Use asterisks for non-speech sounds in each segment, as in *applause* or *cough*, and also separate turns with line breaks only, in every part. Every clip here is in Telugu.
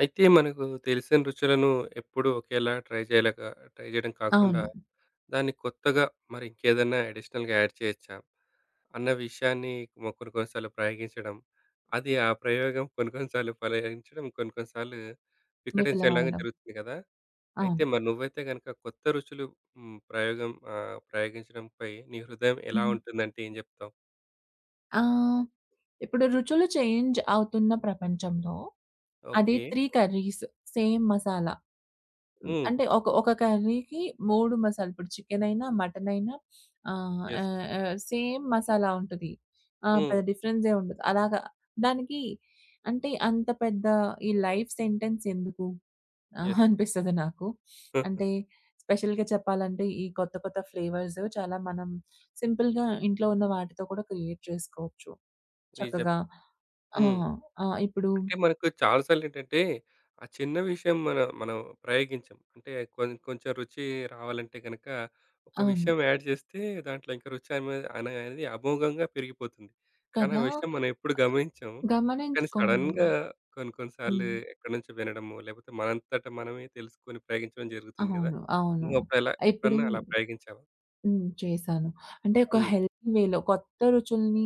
అయితే మనకు తెలిసిన రుచులను ఎప్పుడూ ఒకేలా ట్రై చేయడం కాకుండా,
అవును.
దాన్ని కొత్తగా మరి ఇంకేదన్నా అడిషనల్‌గా యాడ్ చేయొచ్చా? అన్న విషయాన్ని కొన్ని కొన్ని సార్లు ప్రయోగించడం, అది ఆ ప్రయోగం కొన్ని కొన్ని సార్లు ఫలించడం, కొన్ని కొన్ని సార్లు వికటించేలాగా
విఫలమవ్వడం.
జరుగుతుంది కదా! అయితే
అవును.
మరి నువ్వైతే గనక కొత్త రుచులు హ్మ్. ప్రయోగించడంపై నీ హృదయం ఎలా
హ్మ్.
ఉంటుందంటే ఏం జెప్తావు?
ఆహ్, ఇప్పుడు రుచులు చేంజ్ అవుతున్న ప్రపంచంలో అది
ఓకే.
3 curries same masala. హ్మ్.
హ్మ్.
అంటే ఒక ఒక కర్రీకి 3 మసాలా ఇప్పుడు చికెనైనా, మటనైనా ఆహ్,
యెస్.
ఆహ్, ఆహ్, సేమ్ మసాలా ఉంటది. ఆ!
హ్మ్.
పెద్ద డిఫరెన్సే ఉండదు. అలాగా దానికి అంటే అంత పెద్ద ఈ లైఫ్ సెంటెన్స్ ఎందుకు? ఆ!
యెస్.
అనిపిస్తది నాకు. అంటే
*laughs*
స్పెషల్‌గా చెప్పాలంటే ఈ కొత్త కొత్త ఫ్లేవర్స్ చాలా మనం సింపుల్‌గా ఇంట్లో ఉన్న వాటితో కూడా క్రియేట్ చేసుకోవచ్చు. చక్కగా.
నిజమే.
ఆ!
హ్మ్.
ఆ! ఇప్పుడు
అంటే మనకు చాలా సార్లేంటంటే, ఆ చిన్న విషయం మనం ప్రయోగించం. అంటే కొంచెం రుచి రావాలంటే గనక, ఒక
అవును.
విషయం యాడ్ చేస్తే దాంట్లో ఇంకా రుచి అనే అనేది అమోఘంగా పెరిగిపోతుంది. కానీ ఆ
కదా!
విషయం మనం ఎప్పుడు గమనించం. కానీ
గమనించుకోము.
సడెన్‌గా కొన్ని కొన్ని సార్లు
హ్మ్.
ఎక్కడి నుంచో వినడమో, లేకపోతే మనంతట మనమే తెలుసుకొని ప్రయోగించడం జరుగుతుంది కదా!
అవును. అవును.
నువ్వప్పుడలా
ఇప్పుడు
ఎప్పుడన్నా అలా ప్రయోగించావా?
హ్మ్. చేశాను. అంటే ఒక
హ్మ్.
హెల్తీ వేలో కొత్త రుచుల్ని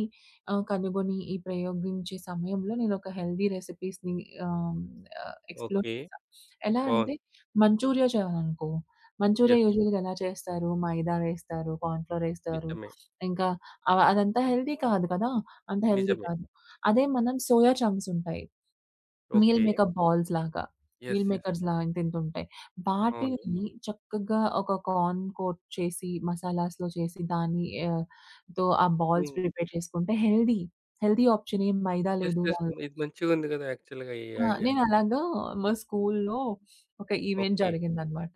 కనుగొని ఈ ప్రయోగించే సమయంలో నేనొక హెల్తీ రెసిపీస్‌ని ఆహ్, ఆహ్, ఎక్స్‌ప్లోర్
ఓకే.
చేశా. ఎలా అంటే
బావుంది.
మంచూరియా చేయాలనుకో, మంచూరియా
యెస్.
యూజువల్‌గా ఎలా చేస్తారు? మైదా వేస్తారు, కార్న్ ఫ్లోర్ ఏస్తారు.
నిజమే.
ఇంకా అదంతా హెల్తీ కాదు కదా! అంత హెల్తీ
నిజమే.
కాదు. అదే మనం సోయా చంక్స్ ఉంటాయి. Meal
okay.
మేకప్ బాల్స్ లాగా.
యెస్.
Meal
yes.
మేకర్స్‌లా ఇంతింతుంటాయి.
అవును.
వాటిల్ని చక్కగా ఒక కార్న్ కోట్ చేసి, మసాలాస్‌లో చేసి దాన్ని తో ఆ బాల్స్
హ్మ్.
ప్రిపేర్ చేసుకుంటే హెల్తీ. హెల్తీ ఆప్షన్ ఏం మైదా
యెస్.
లేదు
యెస్.
దానిలో.
ఇది మంచిగుంది గదా! యాక్చువల్‌గా ఈ
ఆ!
ఐడియా.
నేను అలాగా మా స్కూల్‌లో ఒక ఈవెంట్
ఓకే.
జరిగిందనమాట.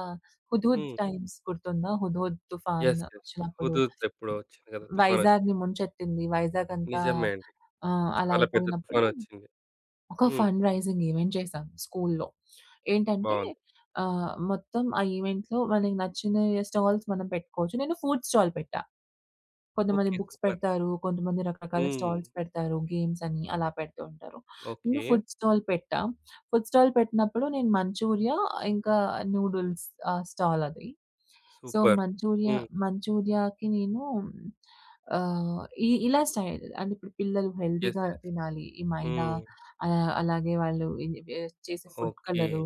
ఆహ్, హుద్‌హుద్
హ్మ్.
టైమ్స్ గుర్తుందా? హుద్‌హుద్ తుఫాన్
యెస్. యెస్.
వచ్చినప్పుడు
'హుదూద్' ఎప్పుడో వచ్చింది గదా! తుఫానొచ్చి.
వైజాగ్‌ని ముంచెత్తింది. వైజాగ్ అంతా
నిజమే అండి.
అలా
చాలా పెద్ద
అయిపోయినప్పుడు
తుఫానొచ్చింది.
ఒక
హ్మ్.
ఫండ్ రైజింగ్ ఈవెంట్ చేశాం స్కూల్‌లో. ఏంటంటే
బావుంది.
మొత్తం ఆ ఈవెంట్‌లో మనకి నచ్చిన స్టాల్స్ మనం పెట్టుకోవచ్చు. నేను ఫుడ్ స్టాల్ పెట్టా. కొంతమంది
ఓకే.
Books
super.
పెడతారు. కొంతమంది రకరకాల
హ్మ్.
స్టాల్స్ పెడతారు. గేమ్స్ అని అలా పెడుతూ ఉంటారు.
ఓకే.
నేను ఫుడ్ స్టాల్ పెట్టా. ఫుడ్ స్టాల్ పెట్టినప్పుడు నేను మంచూరియా ఇంకా నూడిల్స్ స్టాల్ అది. So,
super.
మంచూరియా
హ్మ్.
మంచూరియాకి నేను ఆహ్, ఇ ఇలా స్టైల్ అంటే ఇప్పుడు పిల్లలు
యెస్.
హెల్తీగా
యెస్.
తినాలి. ఈ మైదా
హ్మ్.
అలాగే వాళ్ళు ఇది చేసే ఫుడ్
ఓకే.
కలరు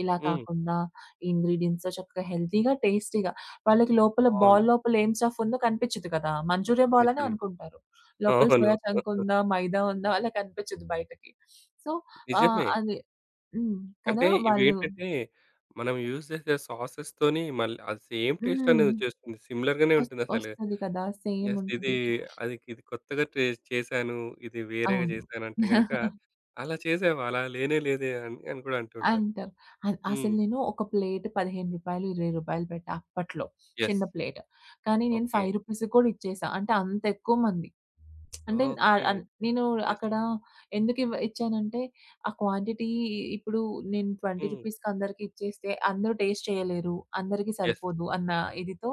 ఇలా
హ్మ్.
కాకుండా ఇంగ్రీడియెంట్స్‌తో చక్కగా హెల్తీగా, టేస్టీగా వాళ్ళకి లోపల
అవును.
బాల్ లోపల ఏం స్టఫ్ ఉందో కనిపించదు కదా! మంచూరియా బాల్ అనే
నిజమే.
అనుకుంటారు. లోపల
అవును.
సోయా చంక్ ఉందా? మైదా ఉందా? వాళ్ళకి కనిపించదు బయటకి. సో,
నిజమే.
అది హ్మ్.
అంటే
కదా! వాళ్ళు.
ఇవేంటంటే మనం యూజ్ చేసే సాసెస్‌తోని మళ్ళీ అది సేమ్ టేస్ట్
హ్మ్.
అనేది వచ్చేస్తుంది. సిమిలర్ గానే ఉంటుందసలు.
ఒస్తది కదా! Same
yes.
ఉంటది.
ఇది కొత్తగా ట్రే చేశాను. ఇది వేరేగా
అవును.
చేశానంటే గనక,
*laughs*
అలా చేసావా? అలా లేనే లేదే అని అని కూడా అంటూ ఉంటారు.
అంటారు.
హ్మ్.
అసలు నేను ఒక ప్లేట్ రూ. 15, రూ. 20 పెట్టా అప్పట్లో.
యెస్.
చిన్న ప్లేట్. కానీ నేను
ఓకే.
రూ. 5కి కూడా ఇచ్చేసా. అంటే అంత ఎక్కువ మంది. అంటే ఆహ్,
ఓకే.
అన్ నేను
యెస్.
అక్కడ ఎందుకు ఇచ్చానంటే, ఆ క్వాంటిటీ ఇప్పుడు నేను 20
హ్మ్.
రూపీస్‌కి అందరికి ఇచ్చేస్తే అందరూ టేస్ట్ చేయలేరు. అందరికీ
యెస్.
సరిపోదు అన్న ఇదితో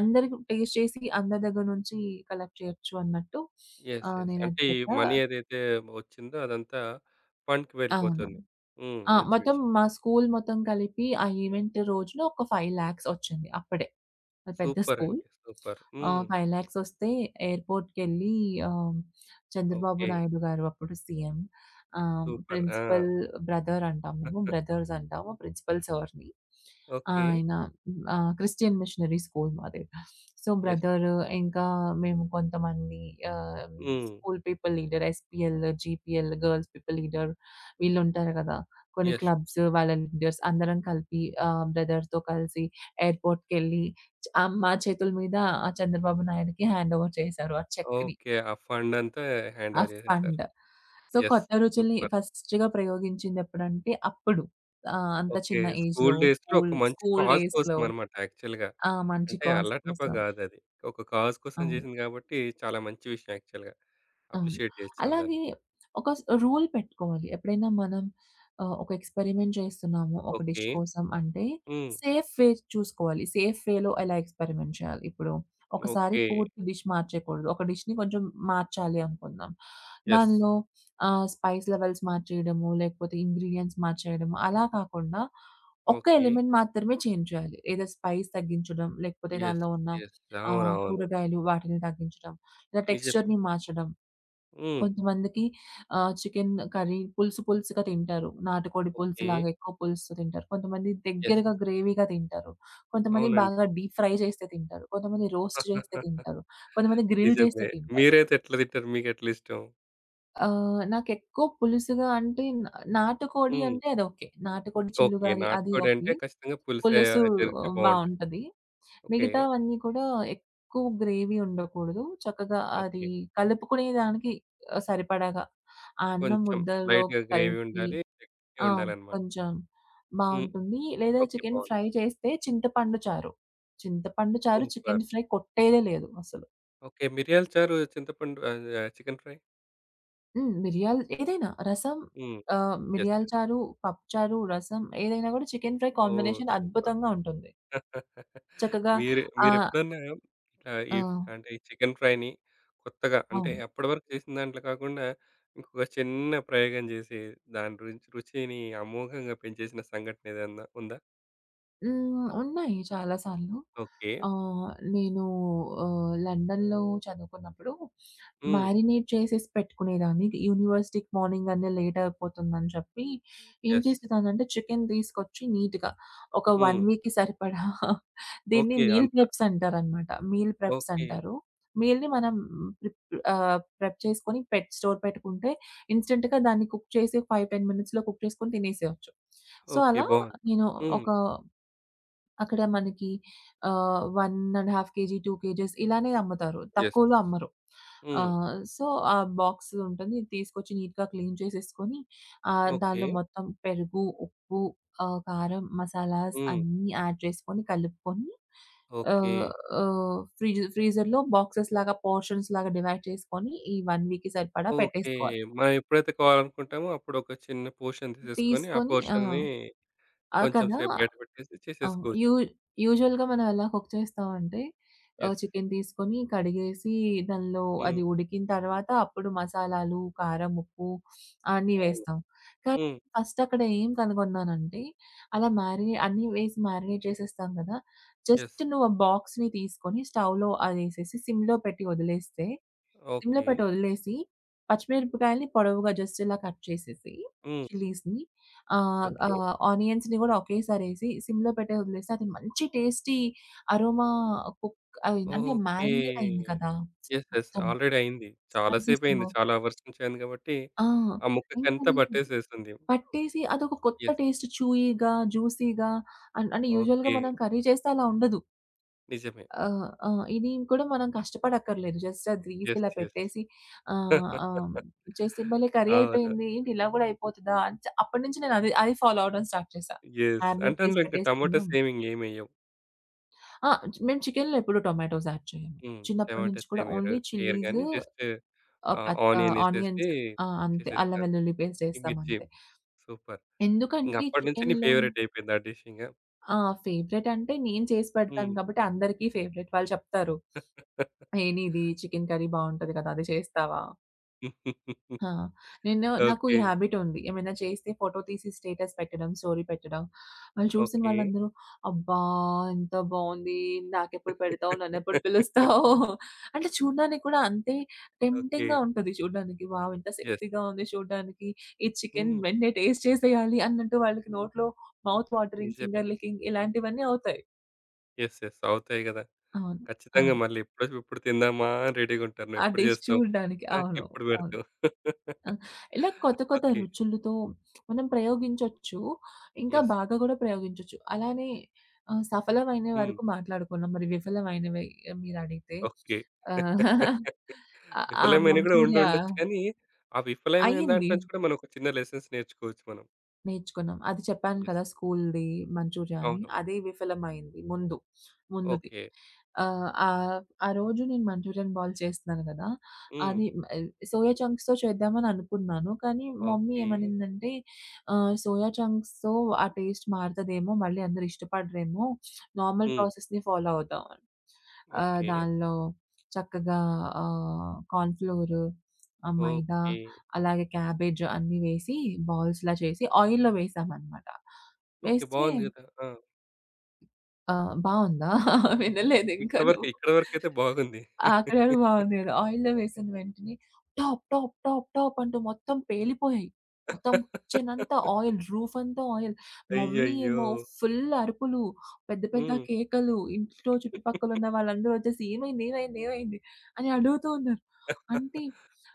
అందరికి టేస్ట్ చేసి అందరి దగ్గర నుంచి కలెక్ట్ చేయొచ్చు అన్నట్టు
యెస్. యెస్.
నేనది
అంటే ఈ
పెట్టా.
మనీ ఏదైతే వచ్చిందో అదంతా ఫండ్‌కి
అవును.
వెళ్ళిపోతుంది. హ్మ్.
ఆ!
మంచి
మొత్తం
విషయం.
మా స్కూల్ మొత్తం కలిపి ఆ ఈవెంట్ రోజున ఒక 5,00,000 ఒచ్చింది అప్పుడే. అది పెద్ద
సూపర్
స్కూల్.
అండి. సూపర్. హ్మ్.
5,00,000 ఒస్తే ఎయిర్‌పోర్ట్‌కెళ్ళి ఆహ్, చంద్రబాబు
ఓకే.
నాయుడు గారు అప్పుడు సీఎం.
సూపర్. ఆ!
ప్రిన్సిపల్ బ్రదర్ అంటాం మేము. బ్రదర్స్ అంటాము ప్రిన్సిపల్ సార్‌ని.
ఓకే.
ఆయన క్రిస్టియన్ మిషనరీ స్కూల్ మాది. So,
yes.
బ్రదర్ ఇంకా మేము కొంతమంది ఆహ్,
హ్మ్.
School people leader SPL, GPL girls people leader వీళ్ళుంటారు గదా! కొన్ని
యెస్.
క్లబ్స్ వాళ్ళ లీడర్స్ అందరం కలిపి బ్రదర్‌తో కలిసి ఎయిర్‌పోర్ట్‌కెళ్ళి మా చేతుల మీద ఆ చంద్రబాబు నాయుడుకి హ్యాండ్ ఓవర్ చేశారు ఆ చెక్‌ని.
ఓకే. ఆ ఫండ్ అంతా
ఆ
హ్యాండోవర్ చేసేసారు.
ఫండ్. So,
yes.
కొత్త రుచుల్ని
సూపర్.
ఫస్ట్‌గా ప్రయోగించిందెప్పుడంటే అప్పుడు. అంత
ఓకే.
చిన్న
స్కూలు
ఏజ్‌లో
డేస్‌లో ఒక
స్కూల్,
మంచి
స్కూల్
కాజ్
డేస్‌లో.
కోసమనమాట యాక్చువల్‌గా.
ఆ! మంచి
అంటే
కాజ్
అల్లటప్ప
కోసం.
గాదది. ఒక కాజ్ కోసం
అవును.
జేసింది గాబట్టి చాలా మంచి విషయం యాక్చువల్‌గా.
అవును.
అప్రిషియేట్ జేయొచ్చు అందరిని.
అలాగే ఒక రూల్ పెట్టుకోవాలి. ఎప్పుడైనా మనం ఒక ఎక్స్‌పెరిమెంట్ చేస్తున్నాము ఒక
ఓకే.
డిష్ కోసం అంటే,
హ్మ్.
సేఫ్ వే చూసుకోవాలి. సేఫ్ వేలో ఎలా ఎక్స్‌పెరిమెంట్ చేయాలి. ఇప్పుడు ఒకసారి
ఓకే.
పూర్తి డిష్ మార్చేయకూడదు. ఒక డిష్‌ని కొంచెం మార్చాలి అనుకుందాం.
యెస్.
దానిలో స్పైస్ లెవెల్స్ మార్చేయడము, లేకపోతే ఇంగ్రీడియెంట్స్ మార్చేయడము అలా కాకుండా ఒక్క
ఓకే.
ఎలిమెంట్ మాత్రమే చేంజ్ చేయాలి. ఏదో స్పైస్ తగ్గించడం, లేకపోతే
యెస్.
దానిలో ఉన్న
యెస్. అవునవును.
కూరగాయలు వాటిని తగ్గించడం, లేదా
నిజమే.
టెక్స్చర్‌ని మార్చడం.
హ్మ్.
కొంతమందికి చికెన్ కర్రీ పులుసు పులుసుగా తింటారు. నాటుకోడి
ఓకే.
పులుసులాగా ఎక్కువ పులుసుతో తింటారు. కొంతమంది
యెస్.
దగ్గరగా గ్రేవీగా తింటారు. కొంతమంది
అవునండి.
బాగా డీప్ ఫ్రై చేస్తే తింటారు. కొంతమంది రోస్ట్ చేస్తే
*laughs*
తింటారు. కొంతమంది గ్రిల్
నిజమే.
చేస్తే తింటారు.
మీరైతే ఎట్లా తింటారు? మీకెట్లిష్టం?
నాకెక్కువ పులుసుగా అంటే నాటుకోడి
హ్మ్.
అంటే అదోకే. నాటుకోడి
ఓకే.
చిల్లుగారి అది
నాటుకోడంటే
ఓకే.
ఖచ్చితంగా పులుసే
పులుసు
జరిగితే బావుంటది.
బావుంటది.
ఓకే.
మిగతావన్నీ కూడా ఎక్కువ గ్రేవీ ఉండకూడదు. చక్కగా అది
ఓకే.
కలుపుకునే దానికి సరిపడాగా ఆ అన్నం
కొంచెం
ముద్దల్లోకి
లైట్‌గా గ్రేవీ
కలిపి.
ఉండాలి. గట్టిగా
ఆ!
ఉండాలన్నమాట.
కొంచెం
హ్మ్.
బావుంటుంది. లేదా
ఓకే.
చికెన్
బావుంది.
ఫ్రై చేస్తే చింతపండు చారు. చింతపండు చారు చికెన్
సూపర్.
ఫ్రై కొట్టేదే లేదు అసలు.
ఓకే. మిరియాల చారు చింతపండు ఆహ్, ఆహ్, చికెన్ ఫ్రై.
హ్మ్. మిరియాలు ఏదైనా రసం,
హ్మ్. యెస్.
మిరియాల
యెస్.
చారు, పప్పు చారు, రసం ఏదైనా కూడా chicken fry
oh!
Combination
super.
అద్భుతంగా ఉంటుంది.
*laughs*
చక్కగా. ఆహ్,
మీరెప్పుడన్నా ఇట్లా
ఆ!
ఈ అంటే ఈ చికెన్ ఫ్రైని కొత్తగా అంటే
అవును.
అప్పటివరకు చేసిన దాంట్లో కాకుండా ఇంకొక చిన్న ప్రయోగం చేసి దాని రుచిని అమోఘంగా పెంచేసిన సంఘటన ఏదన్నా ఉందా?
హ్మ్. ఉన్నాయి చాలా సార్లు.
ఓకే.
ఆహ్, నేను లండన్‌లో చదువుకున్నప్పుడు
హ్మ్.
మారినేట్ చేసేసి పెట్టుకునేదాన్ని. యూనివర్సిటీకి మార్నింగ్ అనే లేట్ అయిపోతుందని చెప్పి, ఏం
యెస్.
చేసేదాన్నంటే చికెన్ తీసుకొచ్చి నీట్‌గా ఒక 1
హ్మ్.
వీక్‌కి సరిపడా. *laughs* దీన్ని
ఓకే.
మీల్
అంత
ప్రెప్స్ అంటారనమాట. Meal preps
okay.
అంటారు. మీల్‌ని మనం ప్రిప్ ప్రెప్ చేసుకొని స్టోర్ పెట్టుకుంటే ఇన్‌స్టంట్‌గా దాన్ని కుక్ చేసి 5, 10 మినిట్స్‌లో కుక్ చేసుకొని తినేసేయొచ్చు. So,
okay.
అలా
బావుంది.
నేను
హ్మ్.
ఒక అక్కడ మనకి 1 ½ కేజీ, 2 కేజీస్ ఇలానే అమ్ముతారు.
యెస్.
తక్కువలో అమ్మరు.
హ్మ్.
సో, ఆ బాక్స్ ఉంటుంది. ఇది తీసుకొచ్చి నీట్‌గా క్లీన్ చేసేసుకొని
ఓకే.
దానిలో మొత్తం పెరుగు, ఉప్పు, కారం, మసాలాస్
హ్మ్.
అన్నీ యాడ్ చేసుకొని కలుపుకొని
ఓకే.
ఆహ్, ఆహ్, ఫ్రిడ్జ్ ఫ్రీజర్‌లో బాక్సెస్ లాగా పోర్షన్స్ లాగా డివైడ్ చేసుకొని ఈ 1 వీక్‌కి సరిపడా
ఓకే.
పెట్టేసుకోవాలి.
మనం ఎప్పుడైతే కావాలనుకుంటామో అప్పుడు ఒక చిన్న పోర్షన్ తీసేసుకొని, ఆ
తీసుకొని ఆ!
పోర్షన్‌ని
ఆ!
కొంచెం
కదా!
సేపు బయట పెట్టేసి
అవును.
చేసేసుకోవచ్చు.
యూజువల్‌గా మనం ఎలా కుక్ చేస్తామంటే
యెస్.
చికెన్ తీసుకొని కడిగేసి దానిలో
హ్మ్.
అది ఉడికిన తర్వాత అప్పుడు మసాలాలు, కారం, ఉప్పు అన్నీ
అవును.
వేస్తాం. కానీ
హ్మ్.
ఫస్ట్ అక్కడ ఏం కనుగొన్నానంటే అలా అన్నీ వేసి మ్యారినేట్ చేసేస్తాం కదా!
యెస్.
జస్ట్ నువ్వు ఆ బాక్స్‌ని తీసుకొని స్టవ్‌లో అదేసేసి సిమ్‌లో పెట్టి వదిలేస్తే సిమ్‌లో
ఓకే.
పెట్టి వదిలేసి, పచ్చిమిరపకాయలని పొడవుగా జస్ట్ ఇలా కట్ చేసేసి
హ్మ్.
చిల్లీస్‌ని ఆహ్,
ఓకే.
ఆహ్, ఆనియన్స్‌ని గూడా ఒకేసారేసి సిమ్‌లో పెట్టే వదిలేస్తే అది మంచి టేస్టీ అరోమా కుక్ అయింది. అంటే
ఓకే.
మారినేట్ అయింది కదా!
యెస్. యెస్.
మొత్తం
ఆల్రెడీ అయింది. చాలా సేపయింది.
స్పైసెస్‌లో.
చాలా అవర్స్ నుంచి అయింది కాబట్టి,
ఆ!
ఆ
ఇంకా
ముక్కకంతా
అది
పట్టేసేసింది.
పట్టేసి అదొక కొత్త
యెస్.
టేస్ట్ చూయీగా, జ్యూసీగా, అంటే యూజువల్‌గా
ఓకే.
మనం కర్రీ చేస్తే అలా ఉండదు.
నిజమే.
ఆ! ఇది కూడా మనం కష్టపడక్కర్లేదు. జస్ట్ అది తీసి
యెస్.
ఇలా
యెస్.
పెట్టేసి ఆహ్, ఆహ్,
*laughs*
చేస్తే భలే కర్రీ
అవును.
అయిపోయింది. ఏంటి ఇలా గూడా అయిపోతదా? అని అప్పటినుంచి నేను అది అది ఫాలో అవ్వడం స్టార్ట్ చేశా.
యెస్.
మ్యారినేట్
అంటే
చేసి
అందులో ఇంకా టమాటాస్
పెట్టేసుకున్నాం.
ఏమెయ్యవు.
ఆ! మేము చికెన్‌లో ఎప్పుడు టొమాటోస్ యాడ్ చేయము.
హ్మ్.
చిన్నప్పటి నుంచి
టమాటాస్
కూడా
ఏమెయ్యరు
ఓన్లీ
ఎయ్యరు
చిల్లీస్
గానీ జస్ట్
ఆహ్, ప
ఆనియన్ ఎసేసి
ఆనియన్స్. ఆ! అంతే. అల్లం
చేసేస్తారు.
వెల్లుల్లి పేస్ట్
ఈ
ఏస్తాం
మిర్చి
అంతే.
సూపర్.
ఎందుకంటే
ఇంగప్పటి నుంచి నీ
చికెన్‌లో.
ఫేవరెట్ అయిపోయింది ఆ డిష్ ఇంగ.
ఆ! ఫేవరెట్ అంటే నేను చేసి పెడతాను
హ్మ్.
కాబట్టి అందరికీ ఫేవరెట్. వాళ్ళు చెప్తారు, "ఏ నీది చికెన్ కర్రీ బావుంటది కదా! అది చేస్తావా?"
*laughs*
ఆ! నేను నాకు ఈ
ఓకే.
హాబిట్ ఉంది. ఏమైనా చేస్తే ఫోటో తీసి స్టేటస్ పెట్టడం, స్టోరీ పెట్టడం. వాళ్ళు చూసిన
ఓకే.
వాళ్ళందరూ, "అబ్బా! ఎంత బావుంది. నాకెప్పుడు పెడతావు? నన్నెప్పుడు పిలుస్తావు?" అంటే చూడడానికి కూడా అంతే
ఓకే.
టెంప్టింగ్‌గా ఉంటది చూడడానికి. వావ్! ఎంత
యెస్.
సెక్సీగా ఉంది చూడడానికి. ఈ చికెన్
హ్మ్.
వెంటనే టేస్ట్ చేసేయాలి అన్నట్టు వాళ్ళకి నోట్లో మౌత్ వాటరింగ్,
నిజమే.
ఫింగర్ లికింగ్ ఇలాంటివన్నీ అవుతాయి.
యెస్. యెస్. అవుతాయి గదా!
అవును.
ఖచ్చితంగా
అవును.
మళ్ళీ ఎప్పుడో ఎప్పుడు తిందామా అని రెడీగుంటారు.
ఆ
నువ్వెప్పుడు
డిష్
జేస్తావు?
చూడడానికి. అవును.
నాకెప్పుడు
అవును.
పెడతావు?
ఆ!
*laughs*
ఇలా కొత్త కొత్త
ఓకే.
రుచులతో మనం ప్రయోగించొచ్చు. ఇంకా
యెస్.
బాగా గూడా ప్రయోగించొచ్చు. అలానే సఫలమయిన
హ్మ్.
వరకు మాట్లాడుకున్నాం. మరి విఫలమైనవి మీరడిగితే
ఓకే.
ఆ! *laughs* ఆ!
విఫలమైన కూడా
మంచూరియా
ఉండుండొచ్చు కానీ, ఆ విఫలమైన
అయింది.
దాంట్లో నుంచి కూడా మనం ఒక చిన్న లెసన్స్ నేర్చుకోవచ్చు మనం.
నేర్చుకున్నాం. అది చెప్పాను
యెస్.
కదా! స్కూల్‌ది మంచూరియా అని.
అవును.
అది విఫలమైంది ముందు. ముందుది.
ఓకే.
ఆహ్, ఆహ్, ఆ రోజు నేను మంచూరియన్ బాల్ చేస్తున్నాను కదా!
హ్మ్.
అది సోయా చంక్స్‌తో చేద్దామని అనుకున్నాను. కానీ మమ్మీ
ఓకే.
ఏమనిందంటే, సోయా చంక్స్‌తో ఆ టేస్ట్ మారతదేమో! మళ్ళీ అందరూ ఇష్టపడరేమో! నార్మల్
హ్మ్.
ప్రాసెస్‌ని ఫాలో అవుదాం అని.
ఓకే.
దానిలో చక్కగా కార్న్ ఫ్లోర్, ఆ మైదా
ఓకే.
అలాగే క్యాబేజ్ అన్నీ వేసి బాల్స్‌లా చేసి ఆయిల్‌లో వేసామనమాట.
ఓకే.
వేస్తే
బాగుంది కదా! ఆ!
బావుందా? *laughs* వినలేదు ఇంకా నువ్వు.
ఇక్కడి వరకైతే బాగుంది.
ఆ! అక్కడ వరకు బావుంది కదా! ఆయిల్‌లో వేసిన వెంటనే టాప్ టాప్ టాప్ టాప్ అంటూ మొత్తం పేలిపోయాయి. మొత్తం కిచెన్ అంతా
*laughs*
ఆయిల్, రూఫ్ అంతా ఆయిల్. మమ్మీ
అయ్యయ్యో!
ఏమో ఫుల్ అరుపులు, పెద్ద పెద్ద
హ్మ్.
కేకలు, ఇంట్లో చుట్టుపక్కల ఉన్న వాళ్ళందరూ వచ్చేసి, "ఏమైంది? ఏమైంది? ఏమైంది?" అని అడుగుతూ ఉన్నారు. అంటే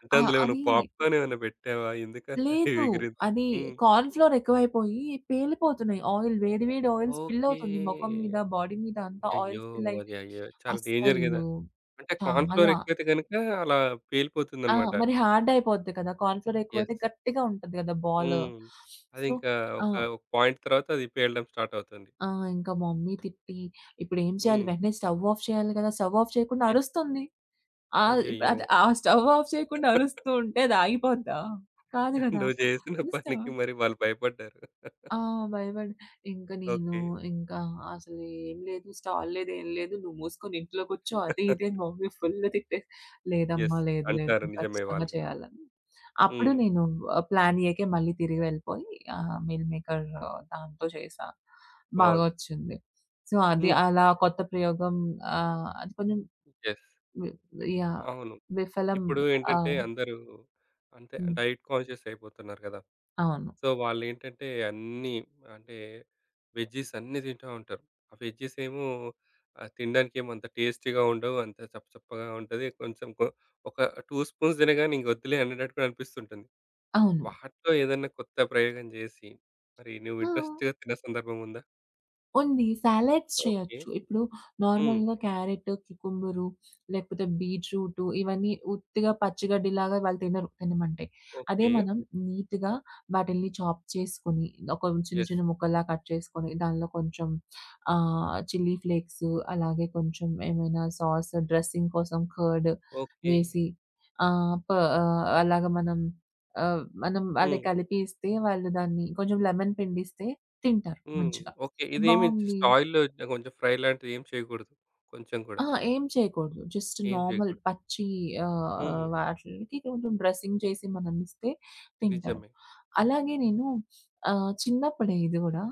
అంటే అందులో ఏమైనా
అది
పాప్‌కార్న్ ఏమైనా పెట్టావా? ఎందుకలా *laughs*
లేదు.
ఎగిరింది?
అది
హ్మ్.
కార్న్ ఫ్లోర్ ఎక్కువైపోయి పేలిపోతున్నాయి. ఆయిల్ వేడి వేడి ఆయిల్ స్పిల్
ఓకే.
అవుతుంది. మొఖం మీద, బాడీ మీద అంతా ఆయిల్
అయ్యో!
స్పిల్ అయ్యి
అది అయ్యో! చాలా డేంజర్ గదా!
అస్సలు
అంటే కార్న్ ఫ్లోర్
చాలా.
ఎక్కువైతే గనుక అలా
ఆ!
పేలిపోతుందన్నమాట.
మరి హార్డ్ అయిపోద్ది కదా! కార్న్ ఫ్లోర్ ఎక్కువైతే
యెస్.
గట్టిగా ఉంటది కదా బాల్.
హ్మ్.
సో
అదింకా
ఆ!
ఒక పాయింట్ తర్వాత అది పేలడం స్టార్ట్ అవుతుంది.
ఆ! ఇంకా మమ్మీ తిట్టి ఇప్పుడేం చేయాలి?
హ్మ్.
వెంటనే స్టవ్ ఆఫ్ చేయాలి కదా! స్టవ్ ఆఫ్ చేయకుండా
యెస్.
అరుస్తుంది. ఇప్పుడు
అయ్యయ్యో!
అది ఆ స్టవ్ ఆఫ్ చేయకుండా అరుస్తూ ఉంటే అది ఆగిపోద్దా? కాదు
*laughs*
కదా!
నువ్వు చేసిన
ముందు స్టవ్.
పనికి మరి వాళ్ళు భయపడ్డారు.
ఆ! భయపడి ఇంక నేను
ఓకే.
ఇంకా అసలు ఏం లేదు, స్టాల్ లేదు, ఏం లేదు. నువ్వు మూసుకొని ఇంట్లో కూర్చో అది ఇది అని
*laughs*
మా మమ్మీ ఫుల్ తిట్టే లేదమ్మా
యెస్.
లేదు
అంటారు
లేదు
నిజమే
ఖచ్చితంగా
వాళ్ళు గూడా.
చేయాలని. అప్పుడు
హ్మ్.
నేను ప్లాన్ ఏకే మళ్ళీ తిరిగి వెళ్ళిపోయి మీల్ మేకర్ దాంతో చేశా. బాగా
బావుంది.
వచ్చింది. సో, అది
హ్మ్.
అలా కొత్త ప్రయోగం, అది కొంచెం
యెస్.
వి
ఇప్
యాహ్!
అవును.
విఫలం.
ఇప్పుడు ఏంటంటే
ఆహ్,
అందరూ అంతే
హ్మ్.
డైట్ కాన్షియస్ అయిపోతున్నారు గదా!
అవును.
సో వాళ్ళేంటంటే అన్నీ అంటే వెజ్జీస్ అన్నీ తింటా ఉంటారు. ఆ వెజ్జీస్ ఏమో తినడానికేమో అంత టేస్టీగా ఉండవు. అంత చప్పచప్పగా ఉంటది. కొంచెం ఒక 2 స్పూన్స్ తినగానే ఇంక వద్దులే అన్నట్టు కూడా అనిపిస్తుంటుంది.
అవును.
వాటిలో ఏదన్నా కొత్త ప్రయోగం చేసి మరి నువ్వు
ఆ!
ఇంట్రెస్ట్‌గా తిన్న సందర్భం ఉందా?
ఉంది. Salads
okay.
చేయొచ్చు. ఇప్పుడు
హ్మ్.
నార్మల్‌గా క్యారెట్, క్యుకుంబరు లేకపోతే బీట్‌రూటు ఇవన్నీ ఉత్తిగా పచ్చిగడ్డిలాగా వాళ్ళు తినరు తినమంటే. అదే
ఓకే.
మనం నీట్‌గా వాటిల్ని చాప్ చేసుకొని, ఒక చిన్న
యెస్.
చిన్న ముక్కల్లా కట్ చేసుకొని, దానిలో కొంచెం చిల్లీ ఫ్లేక్స్ అలాగే కొంచెం ఏమైనా సాస్ డ్రెస్సింగ్ కోసం కర్డ్
ఓకే.
వేసి ఆహ్, ప అలాగ మనం అది
హ్మ్.
కలిపి ఇస్తే వాళ్ళు దాన్ని కొంచెం లెమన్ పిండిస్తే తింటారు
హ్మ్.
మంచిగా.
ఓకే. ఇదేమి
బావుంది.
జస్ట్ ఆయిల్‌లో కొంచెం ఫ్రై లాంటిది ఏం చేయకూడదు. కొంచెం కూడా.
ఆ! ఏం చేయకూడదు. జస్ట్
ఏం
నార్మల్
చేయకూడదు.
పచ్చి
హ్మ్.
వాటిలకి కొంచెం డ్రెస్సింగ్ చేసి మనమిస్తే తింటారు.
నిజమే.
అలాగే నేను చిన్నప్పుడే ఇది గూడా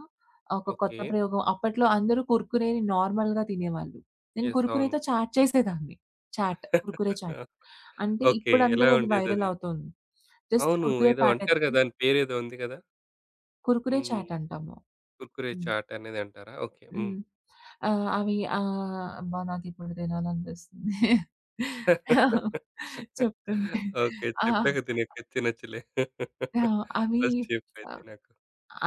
ఒక కొత్త
ఓకే.
ప్రయోగం. అప్పట్లో అందరూ కుర్కురేని నార్మల్‌గా తినేవాళ్ళు. నేను
యెస్. అవును.
కుర్కురేతో చాట్ చేసేదాన్ని. చాట్. కుర్కురే చాట్.
*laughs*
అంటే
ఓకే.
ఇప్పుడు
ఎలా
అందరూ అది వైరల్
ఉండేదది?
అవుతోంది. జస్ట్
అవును.
కుర్కురే
ఏదో అంటారు గదా!
ప్యాకెట్స్‌ని
దాని పేరేదో ఉంది గదా!
కుర్కురే
హ్మ్.
చాట్ అంటాము.
కుర్కురే
హ్మ్.
చాట్ అనేది అంటారా? ఓకే. హ్మ్.
హ్మ్. అవి. అబ్బా! నాకిప్పుడు తినాలనిపిస్తుంది.
*laughs*
చెప్తుంటే.
ఓకే.
ఆ!
చెప్పాక తినక తినొచ్చులే.
ఆ!
*laughs*
అవి.
ఫస్ట్ చెప్పైతే
ఆహ్,
నాకు.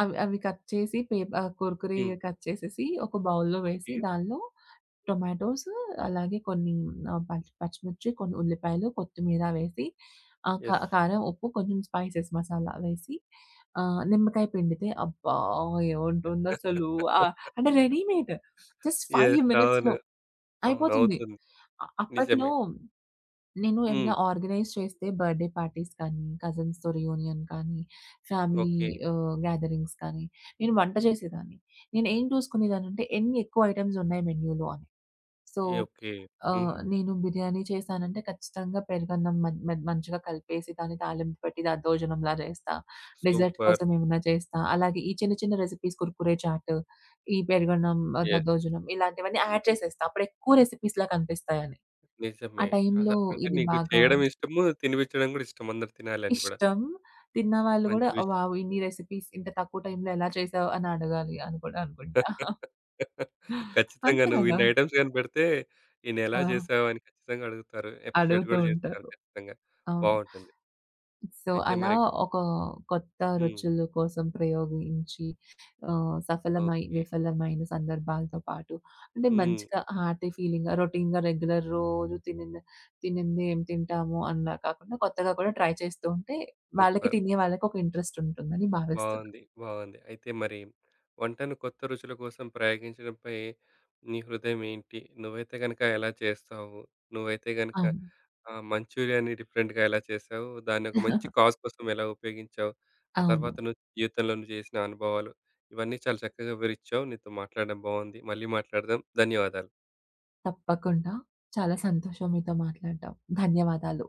అవి కట్ చేసి కుర్కురే
హ్మ్.
కట్ చేసేసి ఒక బౌల్‌లో వేసి
ఓకే.
దానిలో టొమాటోస్ అలాగే కొన్ని పచ్చి పచ్చిమిర్చి, కొన్ని ఉల్లిపాయలు, కొత్తిమీర వేసి ఆహ్, కా
యెస్.
కారం, ఉప్పు, కొంచెం స్పైసెస్ మసాలా వేసి నిమ్మకాయ పిండితే అబ్బా!
యెస్.
ఏవుంటుందసలు.
*laughs*
ఆహ్, అంటే రెడీమేడ్ జస్ట్ 5
అవును.
మినిట్స్‌లో
అవును.
అయిపోతుంది.
అవుతుంది.
అప్పట్లో
నిజమే.
నేను
హ్మ్.
ఏమైనా ఆర్గనైజ్ చేస్తే బర్త్‌డే పార్టీస్ కానీ, కజిన్స్‌తో రియూనియన్ కానీ, ఫ్యామిలీ
ఓకే.
గ్యాదరింగ్స్ కానీ, నేను వంట చేసేదాన్ని. నేనేం చూసుకునేదాన్నంటే ఎన్ని ఎక్కువ ఐటెమ్స్ ఉన్నాయి మెన్యూలో అని. సో,
ఈ ఓకే. హ్మ్.
నేను బిర్యానీ చేశానంటే ఖచ్చితంగా పెరుగన్నం మం మ మంచిగా కలిపేసి దాన్ని తాలింపు పెట్టి దద్దోజనంలా చేస్తా. Dessert
super.
కోసం ఏమన్నా చేస్తా. అలాగే ఈ చిన్న చిన్న రెసిపీస్ కుర్కురే చాట్, ఈ పెరుగన్నం,
యెస్.
దద్దోజనం ఇలాంటివన్నీ యాడ్ చేసేస్తా. అప్పుడు ఎక్కువ రెసిపీస్‌లా కనిపిస్తాయని. ఆ
నిజమే.
టైంలో
అంటే
ఇది
నీకు
బాగా
చేయడం ఇష్టము, తినిపించడం గూడా ఇష్టం. అందరూ తినాలని గూడా.
ఇష్టం. తిన్నవాళ్ళు గూడా
మంచి విషయం.
వావ్! ఇన్ని రెసిపీస్ ఇంత తక్కువ టైంలో ఎలా చేసావు అని అడగాలి అని కూడా అనుకుంటా. *laughs*
ఖచ్చితంగా
అంతే
నువ్వు
గదా!
ఇన్ని ఐటెమ్స్ కనిపెడితే,
ఆ!
"ఈయనెలా చేసావు?" అని ఖచ్చితంగా అడుగుతారు. అప్రిషియేట్
అడుగుతూ
గూడా
ఉంటారు.
చేస్తారు ఖచ్చితంగా.
అవును.
బావుంటుంది.
సో,
అయితే
అలా
మరి
ఒక కొత్త
హ్మ్.
రుచుల కోసం ప్రయోగించి సఫలమై,
ఓకే.
విఫలమైన సందర్భాలతో పాటు అంటే
హ్మ్.
మంచిగా హార్టీ ఫీలింగ్‌గా రొటీన్‌గా రెగ్యులర్ రోజు తినింది తినింది ఏం తింటాము అన్నా కాకుండా కొత్తగా కూడా ట్రై చేస్తూ ఉంటే వాళ్ళకి
సూపర్.
తినే వాళ్ళకి ఒక ఇంట్రెస్ట్ ఉంటుందని భావిస్తున్నాను.
బావుంది. బావుంది. అయితే మరి వంటను కొత్త రుచుల కోసం ప్రయోగించడంపై నీ హృదయం ఏంటి? నువ్వైతే గనక ఎలా చేస్తావు? నువ్వైతే గనక
అవును.
మంచూరియా‌ని డిఫరెంట్‌గా ఎలా చేసావు? దాన్ని ఒక మంచి కాజ్ కోసం ఎలా ఉపయోగించావు? ఆ
అవును.
తర్వాత జీవితంలో నువ్వు చేసిన అనుభవాలు ఇవన్నీ చాలా చక్కగా వివరిచ్చావు. నీతో మాట్లాడడం బావుంది. మళ్ళీ మాట్లాడదాం. ధన్యవాదాలు.
తప్పకుండా. చాలా సంతోషం మీతో మాట్లాడడం. ధన్యవాదాలు.